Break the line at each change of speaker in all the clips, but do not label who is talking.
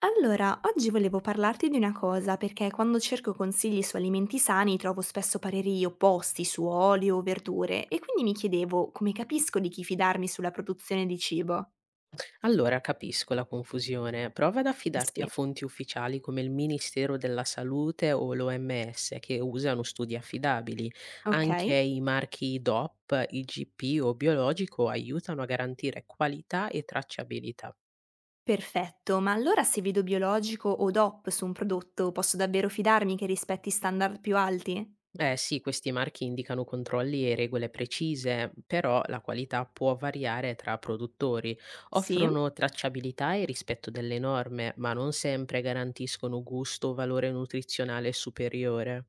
Allora, oggi volevo parlarti di una cosa, perché quando cerco consigli su alimenti sani trovo spesso pareri opposti su olio o verdure e quindi mi chiedevo come capisco di chi fidarmi sulla produzione di cibo.
Allora, capisco la confusione. Prova ad
Eh
affidarti a
sì.
fonti ufficiali come il Ministero della Salute o l'OMS che usano studi affidabili.
Ok,
Anche i marchi DOP, IGP o biologico aiutano a garantire qualità e tracciabilità.
perfetto, ma allora se vedo biologico o DOP su un prodotto posso davvero fidarmi che rispetti standard più alti?
Eh sì, questi marchi indicano controlli e regole precise, però la qualità può variare tra produttori.
Sì?
Offrono tracciabilità e rispetto delle norme, ma non sempre garantiscono gusto o valore nutrizionale superiore.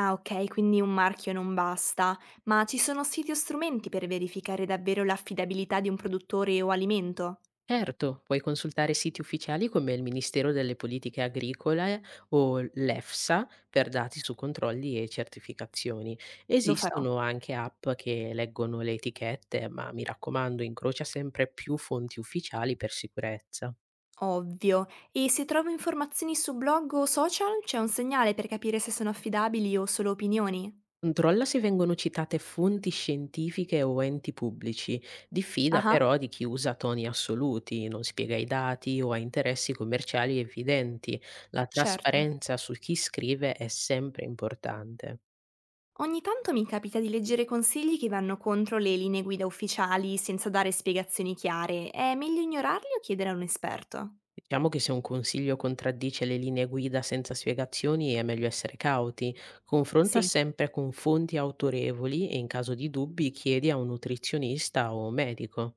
Ah, ok, quindi un marchio non basta, ma ci sono siti o strumenti per verificare davvero l'affidabilità di un produttore o alimento?
Certo, puoi consultare siti ufficiali come il Ministero delle Politiche Agricole o l'EFSA per dati su controlli e certificazioni.
Lo farò.
Esistono anche app che leggono le etichette, ma mi raccomando, incrocia sempre più fonti ufficiali per sicurezza.
Ovvio. E se trovo informazioni su blog o social, c'è un segnale per capire se sono affidabili o solo opinioni?
Controlla se vengono citate fonti scientifiche o enti pubblici. Diffida
Ah,
però di chi usa toni assoluti, non spiega i dati o ha interessi commerciali evidenti. La
certo.
trasparenza su chi scrive è sempre importante.
Ogni tanto mi capita di leggere consigli che vanno contro le linee guida ufficiali senza dare spiegazioni chiare. È meglio ignorarli o chiedere a un esperto?
Diciamo che se un consiglio contraddice le linee guida senza spiegazioni è meglio essere cauti. Confronta
Sì.
sempre con fonti autorevoli e in caso di dubbi chiedi a un nutrizionista o medico.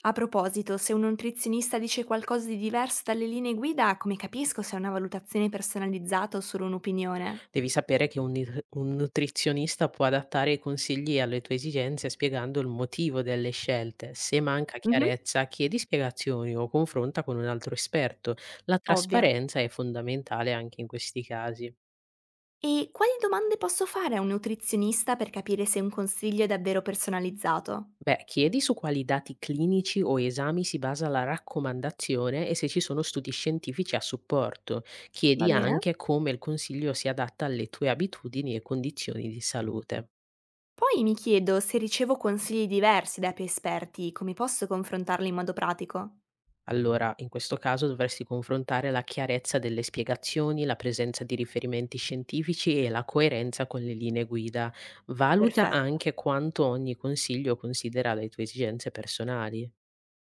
A proposito, se un nutrizionista dice qualcosa di diverso dalle linee guida, come capisco se è una valutazione personalizzata o solo un'opinione?
Devi sapere che un nutrizionista può adattare i consigli alle tue esigenze spiegando il motivo delle scelte. Se manca
Mhm.
chiarezza, chiedi spiegazioni o confronta con un altro esperto. La
Ovvio.
trasparenza è fondamentale anche in questi casi.
E quali domande posso fare a un nutrizionista per capire se un consiglio è davvero personalizzato?
Beh, chiedi su quali dati clinici o esami si basa la raccomandazione e se ci sono studi scientifici a supporto.
Va
Chiedi
bene.
anche come il consiglio si adatta alle tue abitudini e condizioni di salute.
Poi mi chiedo se ricevo consigli diversi da più esperti, come posso confrontarli in modo pratico?
Allora, in questo caso dovresti confrontare la chiarezza delle spiegazioni, la presenza di riferimenti scientifici e la coerenza con le linee guida. Valuta
Perfetto.
anche quanto ogni consiglio considera le tue esigenze personali.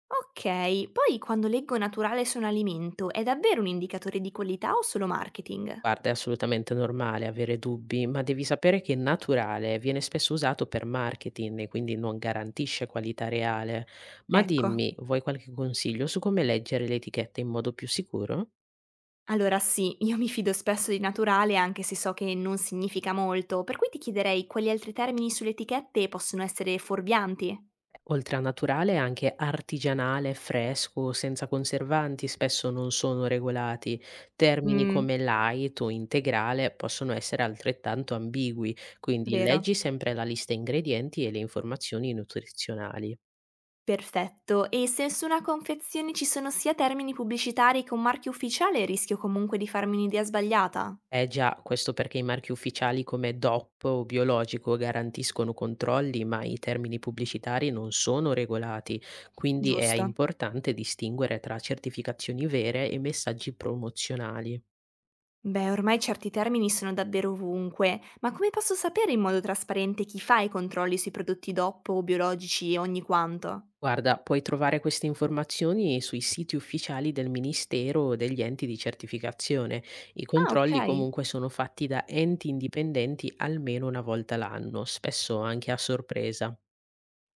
Ok, poi quando leggo naturale su un alimento, è davvero un indicatore di qualità o solo marketing?
Guarda, è assolutamente normale avere dubbi, ma devi sapere che naturale viene spesso usato per marketing e quindi non garantisce qualità reale. Ma
Ecco.
dimmi, vuoi qualche consiglio su come leggere le etichette in modo più sicuro?
Allora sì, io mi fido spesso di naturale anche se so che non significa molto, per cui ti chiederei quali altri termini sulle etichette possono essere fuorvianti.
Oltre a naturale, anche artigianale, fresco, senza conservanti, spesso non sono regolati. Termini
Mmm,
come light o integrale possono essere altrettanto ambigui, quindi
vero.
leggi sempre la lista ingredienti e le informazioni nutrizionali.
Perfetto, e se su una confezione ci sono sia termini pubblicitari che un marchio ufficiale, rischio comunque di farmi un'idea sbagliata?
Eh già, questo perché i marchi ufficiali come DOP o biologico garantiscono controlli, ma i termini pubblicitari non sono regolati, quindi è
Giusto.
importante distinguere tra certificazioni vere e messaggi promozionali.
Beh, ormai certi termini sono davvero ovunque, ma come posso sapere in modo trasparente chi fa i controlli sui prodotti DOP o biologici e ogni quanto?
Guarda, puoi trovare queste informazioni sui siti ufficiali del Ministero o degli enti di certificazione. I
Ah, ok.
controlli comunque sono fatti da enti indipendenti almeno una volta l'anno, spesso anche a sorpresa.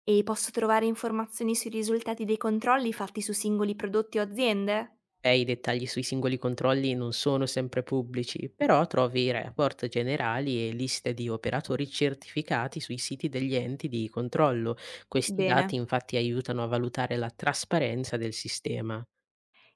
E posso trovare informazioni sui risultati dei controlli fatti su singoli prodotti o aziende?
E i dettagli sui singoli controlli non sono sempre pubblici, però trovi report generali e liste di operatori certificati sui siti degli enti di controllo. Questi
Bene.
dati infatti aiutano a valutare la trasparenza del sistema.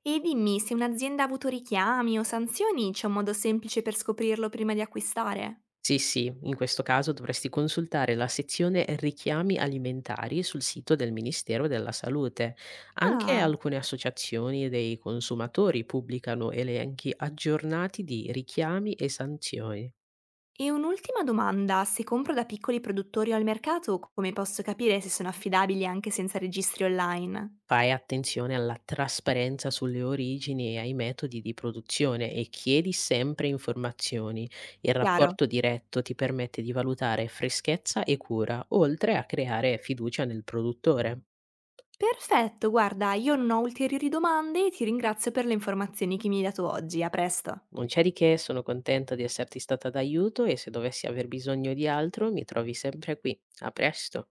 E dimmi, se un'azienda ha avuto richiami o sanzioni, c'è un modo semplice per scoprirlo prima di acquistare?
Sì, sì, in questo caso dovresti consultare la sezione richiami alimentari sul sito del Ministero della Salute. Anche
Ah,
alcune associazioni dei consumatori pubblicano elenchi aggiornati di richiami e sanzioni.
e un'ultima domanda, se compro da piccoli produttori o al mercato, come posso capire se sono affidabili anche senza registri online?
Fai attenzione alla trasparenza sulle origini e ai metodi di produzione e chiedi sempre informazioni. Il
Chiaro.
rapporto diretto ti permette di valutare freschezza e cura, oltre a creare fiducia nel produttore.
Perfetto, guarda, io non ho ulteriori domande e ti ringrazio per le informazioni che mi hai dato oggi. A presto.
Non c'è di che, sono contenta di esserti stata d'aiuto e se dovessi aver bisogno di altro mi trovi sempre qui. A presto.